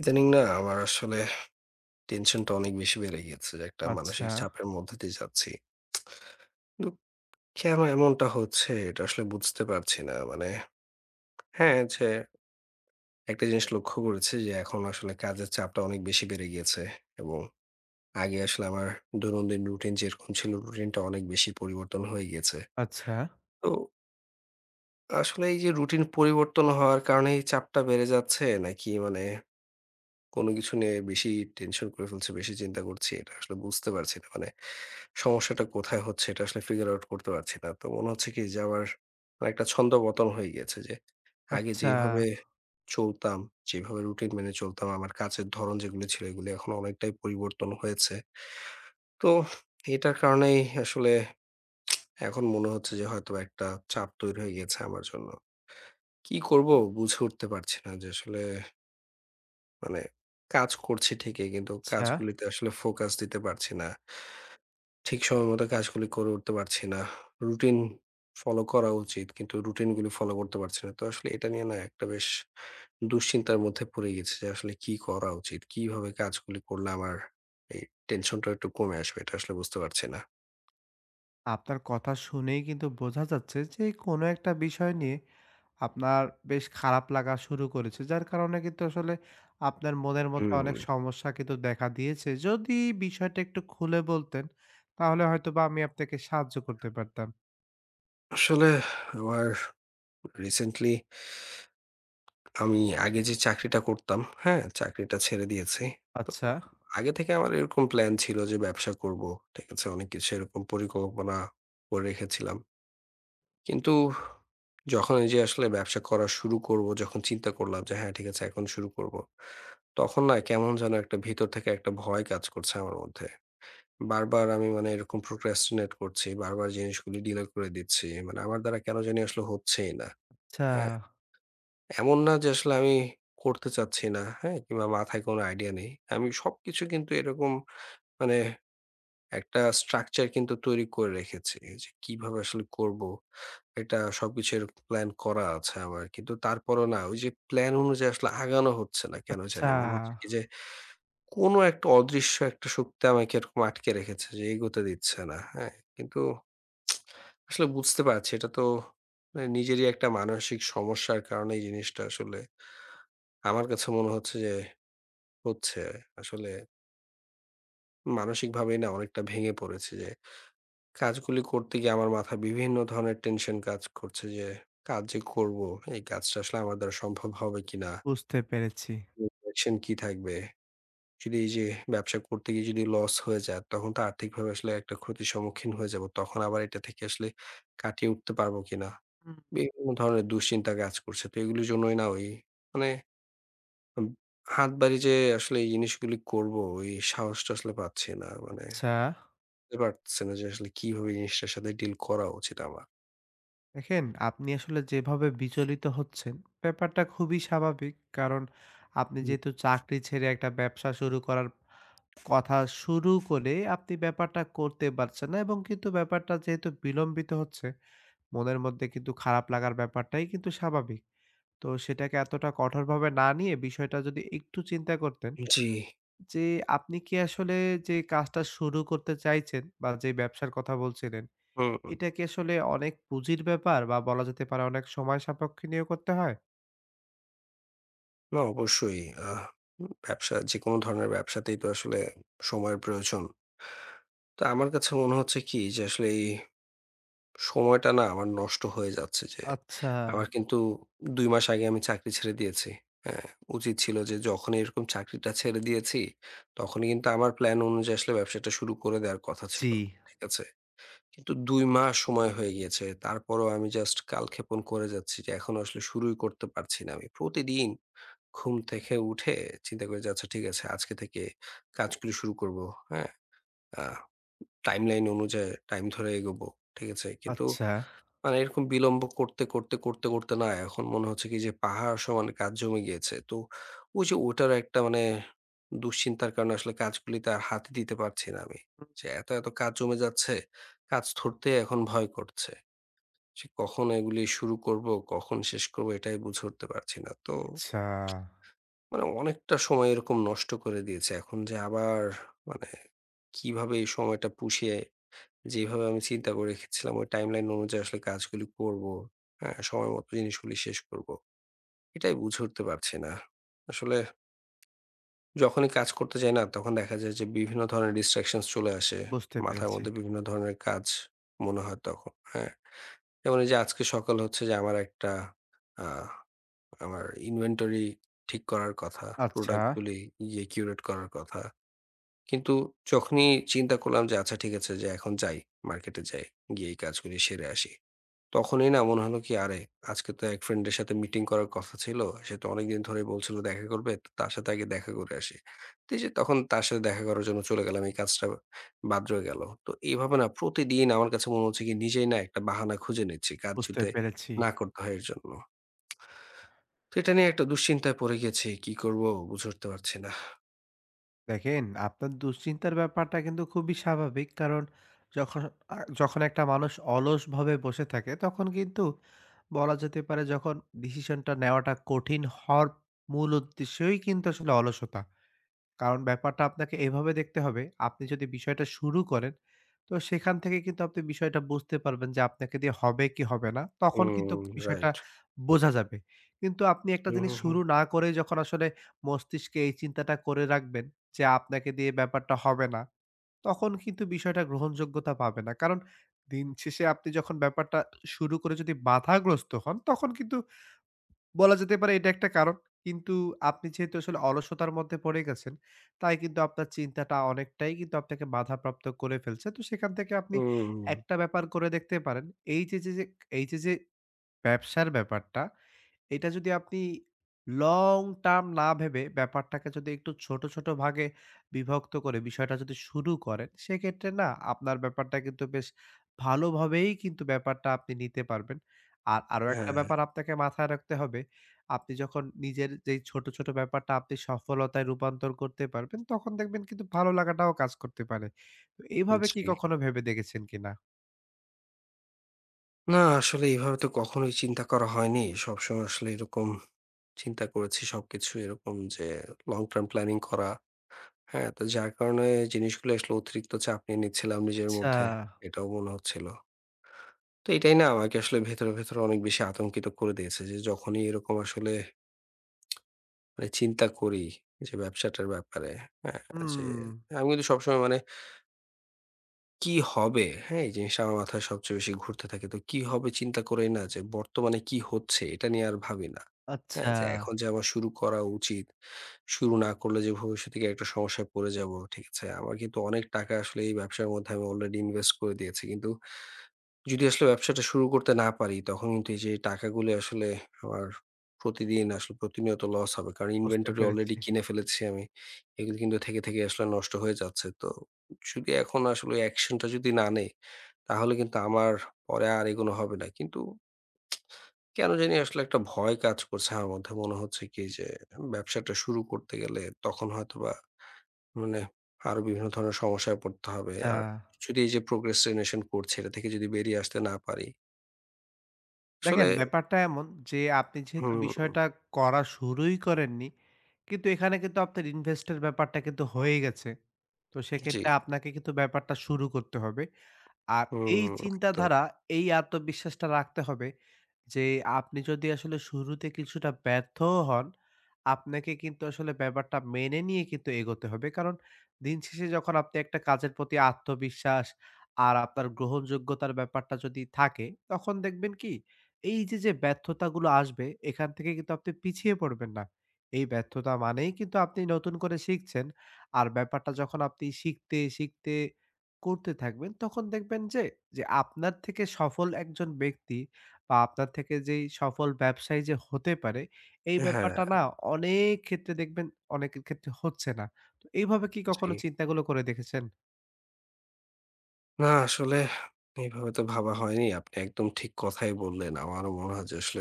ইদানিং না আমার আসলে টেনশনটা অনেক বেশি বেড়ে গেছে যে একটা আচ্ছা, মানসিক চাপের মধ্যে দিয়ে যাচ্ছি। কিন্তু কেন এমনটা হচ্ছে এটা আসলে বুঝতে পারছি না। মানে হ্যাঁ, যে একটা জিনিস লক্ষ্য করেছি যে এখন আসলে কাজের চাপটা অনেক বেশি বেড়ে গিয়েছে এবং আগে আসলে আমার দৈনন্দিন রুটিন যেরকম ছিল রুটিনটা অনেক বেশি পরিবর্তন হয়ে গিয়েছে। আচ্ছা, তো আসলে এই যে রুটিন পরিবর্তন হওয়ার কারণে এই চাপটা বেড়ে যাচ্ছে নাকি মানে কোনো কিছু নিয়ে বেশি টেনশন করে ফেলছি, বেশি চিন্তা করছি। এটা আসলে বুঝতে পারছি না। মানে সমস্যাটা কোথায় হচ্ছে এটা আসলে ফিগার আউট করতে পারছি না। তো মনে হচ্ছে কি যে আমার একটা ছন্দপতন হয়ে গিয়েছে যে আগে আচ্ছা, যেইভাবে চলতাম, যেভাবে রুটিন মেনে চলতাম, আমার কাজের ধরন যেগুলো ছিল এগুলো এখন অনেকটাই পরিবর্তন হয়েছে। তো এটার কারণেই আসলে এখন মনে হচ্ছে যে হয়তো একটা চাপ তৈরি হয়ে গেছে আমার জন্য। কি করব বুঝে উঠতে পারছি না যে আসলে মানে কাজ করছি ঠিকই কিন্তু আচ্ছা। কাজগুলিতে আসলে ফোকাস দিতে পারছি না। ঠিক সময় মতো কাজগুলি করে উঠতে পারছি না। রুটিন ফলো করা উচিত কিন্তু রুটিন গুলি ফলো করতে পারছি না। তো আসলে এটা নিয়ে না একটা বেশ দুশ্চিন্তার মধ্যে পড়ে গেছি যে আসলে কি করা উচিত? কিভাবে কাজগুলি করলে আমার এই টেনশনটা একটু কমে আসবে? এটা আসলে বুঝতে পারছি না। আপনার কথা শুনেই কিন্তু বোঝা যাচ্ছে যে কোনো একটা বিষয় নিয়ে আপনার বেশ খারাপ লাগা শুরু করেছে। যার কারণে কিন্তু আসলে আপনার মনের মধ্যে হুম, অনেক সমস্যা কিন্তু দেখা দিয়েছে। যদি বিষয়টা একটু খুলে বলতেন তাহলে হয়তোবা আমি আপনাকে সাহায্য করতে পারতাম। আসলে আমার রিসেন্টলি আমি আগে যে চাকরিটা করতাম, হ্যাঁ? চাকরিটা ছেড়ে দিয়েছি। তো আচ্ছা, আগে থেকে আমার এরকম প্ল্যান ছিল যে ব্যবসা করব। ঠিক আছে? অনেক কিছু এরকম পরিকল্পনা করে রেখেছিলাম। কিন্তু যখন এই যে আসলে ব্যবসা করা শুরু করব, যখন চিন্তা করলাম যে হ্যাঁ, ঠিক আছে এখন শুরু করব। তখন না কেমন যেন একটা ভিতর থেকে একটা ভয় কাজ করছে আমার মধ্যে। বারবার আমি মানে এরকম procrastinate করছি। বারবার জিনিসগুলি ডিলে করে দিচ্ছি। মানে আমার দ্বারা কেন জানি আসলে হচ্ছেই না। আচ্ছা, হ্যাঁ? এমন না যে আসলে আমি করতে চাচ্ছি না, হ্যাঁ? কিংবা মাথায় কোনো আইডিয়া নেই। আমি সবকিছু কিন্তু এরকম মানে একটা স্ট্রাকচার কিন্তু তৈরি করে রেখেছি যে কিভাবে আসলে করবো। এটা সবকিছু এরকম প্ল্যান করা আছে আমার। কিন্তু তারপরেও না ওই যে প্ল্যান অনুযায়ী আসলে আগানো হচ্ছে না কেন আচ্ছা জানি। মনে হচ্ছে কি যে কোনো একটা অদৃশ্য একটা শক্তি আমাকে এরকম আটকে রেখেছে যে এগোতে দিচ্ছে না, হ্যাঁ? কিন্তু আসলে বুঝতে পারছি এটা তো মানে নিজেরই একটা মানসিক সমস্যার কারণে এই জিনিসটা আসলে আমার কাছে মনে হচ্ছে যে হচ্ছে। আসলে মানসিকভাবেই না অনেকটা ভেঙে পড়েছি যে, কাজগুলি করতে গিয়ে আমার মাথায় বিভিন্ন ধরনের টেনশন কাজ করছে যে, কাজ যে করব, এই কাজটা আসলে আমার দ্বারা সম্ভব হবে কিনা? বুঝতে পেরেছি। হুম। direction কি থাকবে? যদি এই যে ব্যবসা করতে গিয়ে যদি লস হয়ে যায়, তখন তো আর্থিকভাবে আসলে একটা ক্ষতির সম্মুখীন হয়ে যাব। তখন আবার এটা থেকে আসলে কাটিয়ে উঠতে পারবো কিনা? হুম, বিভিন্ন ধরনের দুশ্চিন্তা কাজ করছে। তো এগুলির জন্যই না ওই মানে উম হাত বাড়িয়ে যে আসলে এই জিনিসগুলি করব, ওই সাহসটা আসলে পাচ্ছি না। মানে আচ্ছা। বুঝতে পারতেছে না যে আসলে কিভাবে জিনিসটার সাথে ডিল করা উচিত আমার। দেখেন আপনি আসলে যেভাবে বিচলিত হচ্ছেন, ব্যাপারটা খুবই স্বাভাবিক। কারণ আপনি হুম। যেহেতু চাকরি ছেড়ে একটা ব্যবসা শুরু করার কথা শুরু করে আপনি ব্যাপারটা করতে পারছেন না এবং কিন্তু ব্যাপারটা যেহেতু বিলম্বিত হচ্ছে, মনের মধ্যে কিন্তু খারাপ লাগার ব্যাপারটাই কিন্তু স্বাভাবিক। তো সেটাকে এতটা কঠোরভাবে না নিয়ে বিষয়টা যদি একটু চিন্তা করতেন জি। যে আপনি কি আসলে যে কাজটা শুরু করতে চাইছেন বা যে ব্যবসার কথা বলছিলেন, হুম, হুম। এটা কি আসলে অনেক পুঁজির ব্যাপার বা বলা যেতে পারে অনেক সময় সাপেক্ষ নিয়েও করতে হয়? না অবশ্যই। আহ ব্যবসা যেকোনো ধরনের ব্যবসাতেই তো আসলে সময়ের প্রয়োজন। তো আমার কাছে মনে হচ্ছে কি যে আসলে এই সময়টা না আমার নষ্ট হয়ে যাচ্ছে যে আচ্ছা। আমার কিন্তু ২ মাস আগে আমি চাকরি ছেড়ে দিয়েছি। হ্যাঁ, উচিত ছিল যে যখন এরকম চাকরিটা ছেড়ে দিয়েছি তখনই কিন্তু আমার প্ল্যান অনুযায়ী আসলে ব্যবসাটা শুরু করে দেওয়ার কথা জি, ছিল। ঠিক আছে? কিন্তু ২ মাস সময় হয়ে গিয়েছে। তারপরও আমি জাস্ট কালক্ষেপণ করে যাচ্ছি যে এখনো আসলে শুরুই করতে পারছি না আমি। প্রতিদিন ঘুম থেকে উঠে চিন্তা করি যে, "আচ্ছা ঠিক আছে আজকে থেকে কাজগুলো শুরু করব।" হ্যাঁ? আ টাইমলাইন অনুযায়ী টাইম ধরে এগোবো। ঠিক আছে? কিন্তু আচ্ছা, মানে এরকম বিলম্ব করতে, করতে, করতে, করতে না এখন মনে হচ্ছে কি যে পাহাড় সমান কাজ জমে গিয়েছে। তো ওই যে ওটার একটা মানে দুশ্চিন্তার কারণে আসলে কাজগুলিতে আর হাতই দিতে পারছি না আমি। যে এত, এত কাজ জমে যাচ্ছে, কাজ ধরতে এখন ভয় করছে। যে কখন এগুলি শুরু করব, কখন শেষ করব এটাই বুঝে উঠতে পারছি না। তো আচ্ছা। মানে অনেকটা সময় এরকম নষ্ট করে দিয়েছে। এখন যে আবার মানে কিভাবে এই সময়টা পুষিয়ে যেভাবে আমি চিন্তা করে রেখেছিলাম ওই টাইমলাইন অনুযায়ী আসলে কাজগুলি করব। হ্যাঁ, সময় মতো জিনিসগুলি শেষ করব। এটাই বুঝে উঠতে পারছি না। আসলে যখনই কাজ করতে যাই না তখন দেখা যায় যে বিভিন্ন ধরনের distractions চলে আসে। বুঝতে মাথার পেরেছি। মধ্যে বিভিন্ন ধরনের কাজ মনে হয় তখন। হ্যাঁ? যেমন এই যে আজকে সকাল হচ্ছে যে আমার একটা আ আমার ইনভেন্টরি ঠিক করার কথা, আচ্ছা, প্রোডাক্ট গুলি কিউরেট করার কথা। কিন্তু যখনই চিন্তা করলাম যে আচ্ছা ঠিক আছে যে এখন যাই, মার্কেটে যাই, গিয়ে এই কাজগুলি সেরে আসি। তখনই না মনে হলো কি আরে আজকে তো এক ফ্রেন্ডের সাথে মিটিং করার কথা ছিল। সে তো অনেকদিন ধরেই বলছিল দেখা করবে। তো তার সাথে আগে দেখা করে আসি। তো এই যে তখন তার সাথে দেখা করার জন্য চলে গেলাম। এই কাজটা বাদ রয়ে গেল। তো এইভাবে না প্রতিদিন আমার কাছে মনে হচ্ছে কি নিজেই না একটা বাহানা খুঁজে নিচ্ছি কাজ বুঝতে যাতে পেরেছি। না করতে হয় এর জন্য। তো এটা নিয়ে একটা দুশ্চিন্তায় পড়ে গেছি। কি করব বুঝে উঠতে পারছি না। দেখেন আপনার দুশ্চিন্তার ব্যাপারটা কিন্তু খুবই স্বাভাবিক। কারণ যখন যখন একটা মানুষ অলসভাবে বসে থাকে তখন কিন্তু বলা যেতে পারে যখন ডিসিশনটা নেওয়াটা কঠিন হওয়ার মূল উদ্দেশ্যই কিন্তু আসলে অলসতা। কারণ ব্যাপারটা আপনাকে এভাবে দেখতে হবে, আপনি যদি বিষয়টা শুরু করেন, তো সেখান থেকে কিন্তু আপনি বিষয়টা বুঝতে পারবেন যে আপনাকে দিয়ে হবে কি হবে না। তখন কিন্তু হুম, বিষয়টা রাইট। বোঝা যাবে। কিন্তু আপনি একটা হুম, জিনিস হুম, হুম। শুরু না করেই যখন আসলে মস্তিষ্কে এই চিন্তাটা করে রাখবেন যে আপনাকে দিয়ে ব্যাপারটা হবে না, তখন কিন্তু বিষয়টা গ্রহণযোগ্যতা পাবে না। কারণ দিন শেষে আপনি যখন ব্যাপারটা শুরু করে যদি বাধাগ্রস্ত হন, তখন কিন্তু বলা যেতে পারে এটা একটা কারণ। কিন্তু আপনি যেহেতু আসলে অলসতার মধ্যে পড়ে গেছেন, তাই কিন্তু আপনার চিন্তাটা অনেকটাই কিন্তু আপনাকে বাধাপ্রাপ্ত করে ফেলছে। তো সেখান থেকে আপনি হুম, একটা ব্যাপার করে দেখতে পারেন। এই যে, যে, যে, এই যে, যে, ব্যবসার ব্যাপারটা এটা যদি আপনি লং টার্ম না ভেবে ব্যাপারটাকে যদি একটু ছোট, ছোট ভাগে বিভক্ত করে বিষয়টা যদি শুরু করেন, সেক্ষেত্রে না আপনার ব্যাপারটা কিন্তু বেশ ভালোভাবেই কিন্তু ব্যাপারটা আপনি নিতে পারবেন। আর আরো একটা হ্যাঁ, ব্যাপার আপনাকে মাথায় রাখতে হবে। আপনি যখন নিজের যেই ছোট, ছোট ব্যাপারটা আপনি সফলতায় রূপান্তর করতে পারবেন, তখন দেখবেন কিন্তু ভালো লাগাটাও কাজ করতে পারে। তো এভাবে কি জি। কখনো ভেবে দেখেছেন কিনা? না আসলে এভাবে তো কখনোই চিন্তা করা হয়নি। সবসময় আসলে এরকম চিন্তা করেছি সবকিছু এরকম যে লং টার্ম প্ল্যানিং করা। হ্যাঁ? তো যার কারণে জিনিসগুলো আসলে অতিরিক্ত চাপ নিয়ে নিচ্ছিলাম নিজের আচ্ছা। মধ্যে। এটাও মনে হচ্ছিল। তো এটাই না আমাকে আসলে ভেতরে, ভেতরে অনেক বেশি আতঙ্কিত করে দিয়েছে যে যখনই এরকম আসলে মানে চিন্তা করি যে ব্যবসাটার ব্যাপারে, হ্যাঁ? যে হুম। আমি কিন্তু সবসময় মানে কি হবে? হ্যাঁ, এই জিনিসটা আমার মাথায় সবচেয়ে বেশি ঘুরতে থাকে। তো কি হবে চিন্তা করেই না যে বর্তমানে কি হচ্ছে এটা নিয়ে আর ভাবি না। হ্যাঁ, আচ্ছা। যে এখন যে আমার শুরু করা উচিত। শুরু না করলে যে ভবিষ্যতে গিয়ে একটা সমস্যায় পড়ে যাব। ঠিক আছে? আমার কিন্তু অনেক টাকা আসলে এই ব্যবসার মধ্যে আমি অলরেডি ইনভেস্ট করে দিয়েছি। কিন্তু যদি আসলে ব্যবসাটা শুরু করতে না পারি, তখন কিন্তু এই যে টাকাগুলো আসলে আমার প্রতিদিন আসলে প্রতিনিয়ত লস হবে। কারণ বুঝতে ইনভেন্টরি পেরেছি। অলরেডি কিনে ফেলেছি আমি। এগুলো কিন্তু থেকে, আসলে নষ্ট হয়ে যাচ্ছে। তো যদি এখন আসলে ওই অ্যাকশনটা যদি না নেই, তাহলে কিন্তু আমার পরে আর এগোনো হবে না। কিন্তু কেন জানি আসলে একটা ভয় কাজ করছে আমার মধ্যে। মনে হচ্ছে কি যে ব্যবসাটা শুরু করতে গেলে তখন হয়তোবা মানে আরো বিভিন্ন ধরনের সমস্যায় পড়তে হবে। আচ্ছা। আর যদি এই যে procrastination করছি, এটা থেকে যদি বেরিয়ে আসতে না পারি আসলে দেখেন ব্যাপারটা এমন যে আপনি যেহেতু হুম, বিষয়টা করা শুরুই করেননি, কিন্তু এখানে কিন্তু আপনার ইনভেস্ট এর ব্যাপারটা কিন্তু হয়ে গেছে। তো জি, সেক্ষেত্রে আপনাকে কিন্তু ব্যাপারটা শুরু করতে হবে। আর এই হুম, একদম। চিন্তাধারা, এই আত্মবিশ্বাসটা রাখতে হবে যে আপনি যদি আসলে শুরুতে কিছুটা ব্যর্থও হন, আপনাকে কিন্তু আসলে ব্যাপারটা মেনে নিয়ে কিন্তু এগোতে হবে। কারণ দিন শেষে যখন আপনি একটা কাজের প্রতি আত্মবিশ্বাস আর আপনার গ্রহণযোগ্যতার ব্যাপারটা যদি থাকে, তখন দেখবেন কি এই যে, যে ব্যর্থতাগুলো আসবে এখান থেকে কিন্তু আপনি পিছিয়ে পড়বেন না। এই ব্যর্থতা মানেই কিন্তু আপনি নতুন করে শিখছেন। আর ব্যাপারটা যখন আপনি শিখতে, শিখতে করতে থাকবেন, তখন দেখবেন যে আপনার থেকে সফল একজন ব্যক্তি বা আপনার থেকে যেই সফল ব্যবসায়ী যে হতে পারে, এই হ্যাঁ, ব্যাপারটা না অনেক ক্ষেত্রে দেখবেন অনেকের ক্ষেত্রে হচ্ছে না। তো এইভাবে কি জি। কখনো চিন্তাগুলো করে দেখেছেন? না আসলে এভাবে তো ভাবা হয়নি। আপনি একদম ঠিক কথাই বললেন। আমারও মনে হয় যে আসলে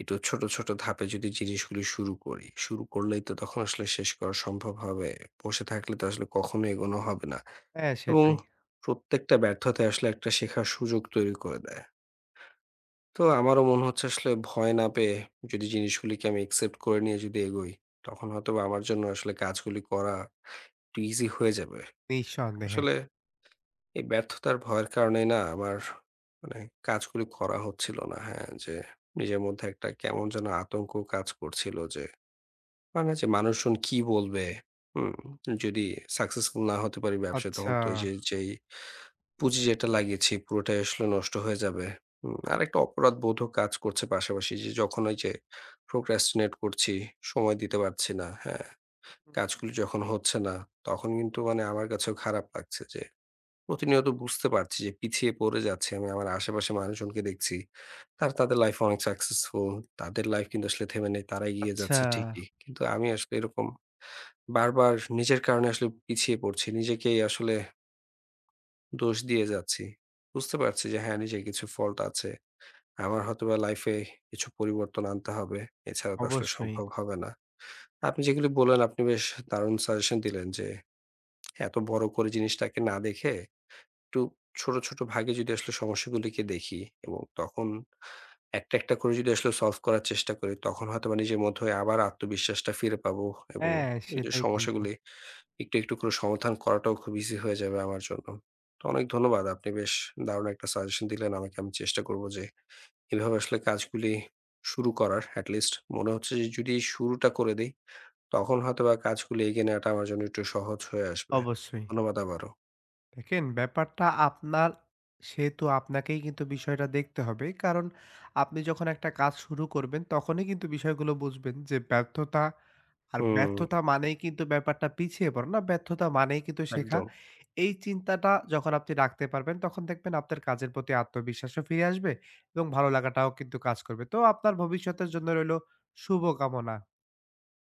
একটু ছোট, ছোট ধাপে যদি জিনিসগুলি শুরু করি, শুরু করলেই তো তখন আসলে শেষ করা সম্ভব হবে। বসে থাকলে তো আসলে কখনো এগোনো হবে না। হ্যাঁ, এবং সেটাই। প্রত্যেকটা ব্যর্থতাই আসলে একটা শেখার সুযোগ তৈরি করে দেয়। তো আমারও মনে হচ্ছে আসলে ভয় না পেয়ে যদি জিনিসগুলিকে আমি একসেপ্ট করে নিয়ে যদি এগোই, তখন হয়তোবা আমার জন্য আসলে কাজগুলি করা একটু ইজি হয়ে যাবে। নিঃসন্দেহে। আসলে এই ব্যর্থতার ভয়ের কারণেই না আমার মানে কাজগুলি করা হচ্ছিল না। হ্যাঁ? যে নিজের মধ্যে একটা কেমন যেন আতঙ্ক কাজ করছিল যে মানে যে মানুষজন কি বলবে? হুম? যদি সাকসেসফুল না হতে পারি ব্যবসায় আচ্ছা, তখন তো এইযে যেই পুঁজি যেটা লাগিয়েছি পুরোটাই আসলে নষ্ট হয়ে যাবে। হুম? আরেকটা অপরাধবোধও কাজ করছে পাশাপাশি যে যখন ওই যে procrastinate করছি, সময় দিতে পারছি না, হ্যাঁ? কাজগুলো যখন হচ্ছে না তখন কিন্তু মানে আমার কাছেও খারাপ লাগছে যে প্রতিনিয়ত বুঝতে পারছি যে পিছিয়ে পড়ে যাচ্ছি আমি। আমার আশেপাশে মানুষজনকে দেখছি। তারা তাদের লাইফে অনেক সাকসেসফুল। তাদের লাইফ কিন্তু আসলে থেমে নেই। তারা এগিয়ে আচ্ছা। যাচ্ছে ঠিকই। কিন্তু আমি আসলে এরকম বারবার নিজের কারণে আসলে পিছিয়ে পড়ছি। নিজেকেই আসলে দোষ দিয়ে যাচ্ছি। বুঝতে পারছি যে হ্যাঁ, নিজের কিছু ফল্ট আছে। আমার হয়তোবা লাইফে কিছু পরিবর্তন আনতে হবে। এছাড়া তো আসলে অবশ্যই। সম্ভব হবে না। আপনি যেগুলি বললেন, আপনি বেশ দারুণ সাজেশন দিলেন যে এত বড় করে জিনিসটাকে না দেখে একটু ছোট, ছোট ভাগে যদি আসলে সমস্যাগুলিকে দেখি এবং তখন একটা, একটা করে যদি আসলে সলভ করার চেষ্টা করি, তখন হয়তোবা নিজের মধ্যে আবার আত্মবিশ্বাসটা ফিরে পাবো এবং হ্যাঁ, এই যে সেটাই কিন্তু। সমস্যাগুলি একটু, একটু করে সমাধান করাটাও খুব ইজি হয়ে যাবে আমার জন্য। তো অনেক ধন্যবাদ। আপনি বেশ দারুণ একটা সাজেশন দিলেন আমাকে। আমি চেষ্টা করব যে এভাবে আসলে কাজগুলি শুরু করার এট লিস্ট মনে হচ্ছে যে যদি শুরুটা করে দেই, তখন হয়তোবা কাজগুলি এগিয়ে নেওয়াটা আমার জন্য একটু সহজ হয়ে আসবে। অবশ্যই। ধন্যবাদ আবারও। দেখেন ব্যাপারটা আপনার সেহেতু আপনাকেই কিন্তু বিষয়টা দেখতে হবে। কারণ আপনি যখন একটা কাজ শুরু করবেন তখনই কিন্তু বিষয়গুলো বুঝবেন যে ব্যর্থতা আর হুম, ব্যর্থতা মানেই কিন্তু ব্যাপারটা পিছিয়ে পড়া না, ব্যর্থতা মানেই কিন্তু শেখা। একদম। এই চিন্তাটা যখন আপনি রাখতে পারবেন তখন দেখবেন আপনার কাজের প্রতি আত্মবিশ্বাসও ফিরে আসবে এবং ভালো লাগাটাও কিন্তু কাজ করবে। তো আপনার ভবিষ্যতের জন্য রইলো শুভকামনা।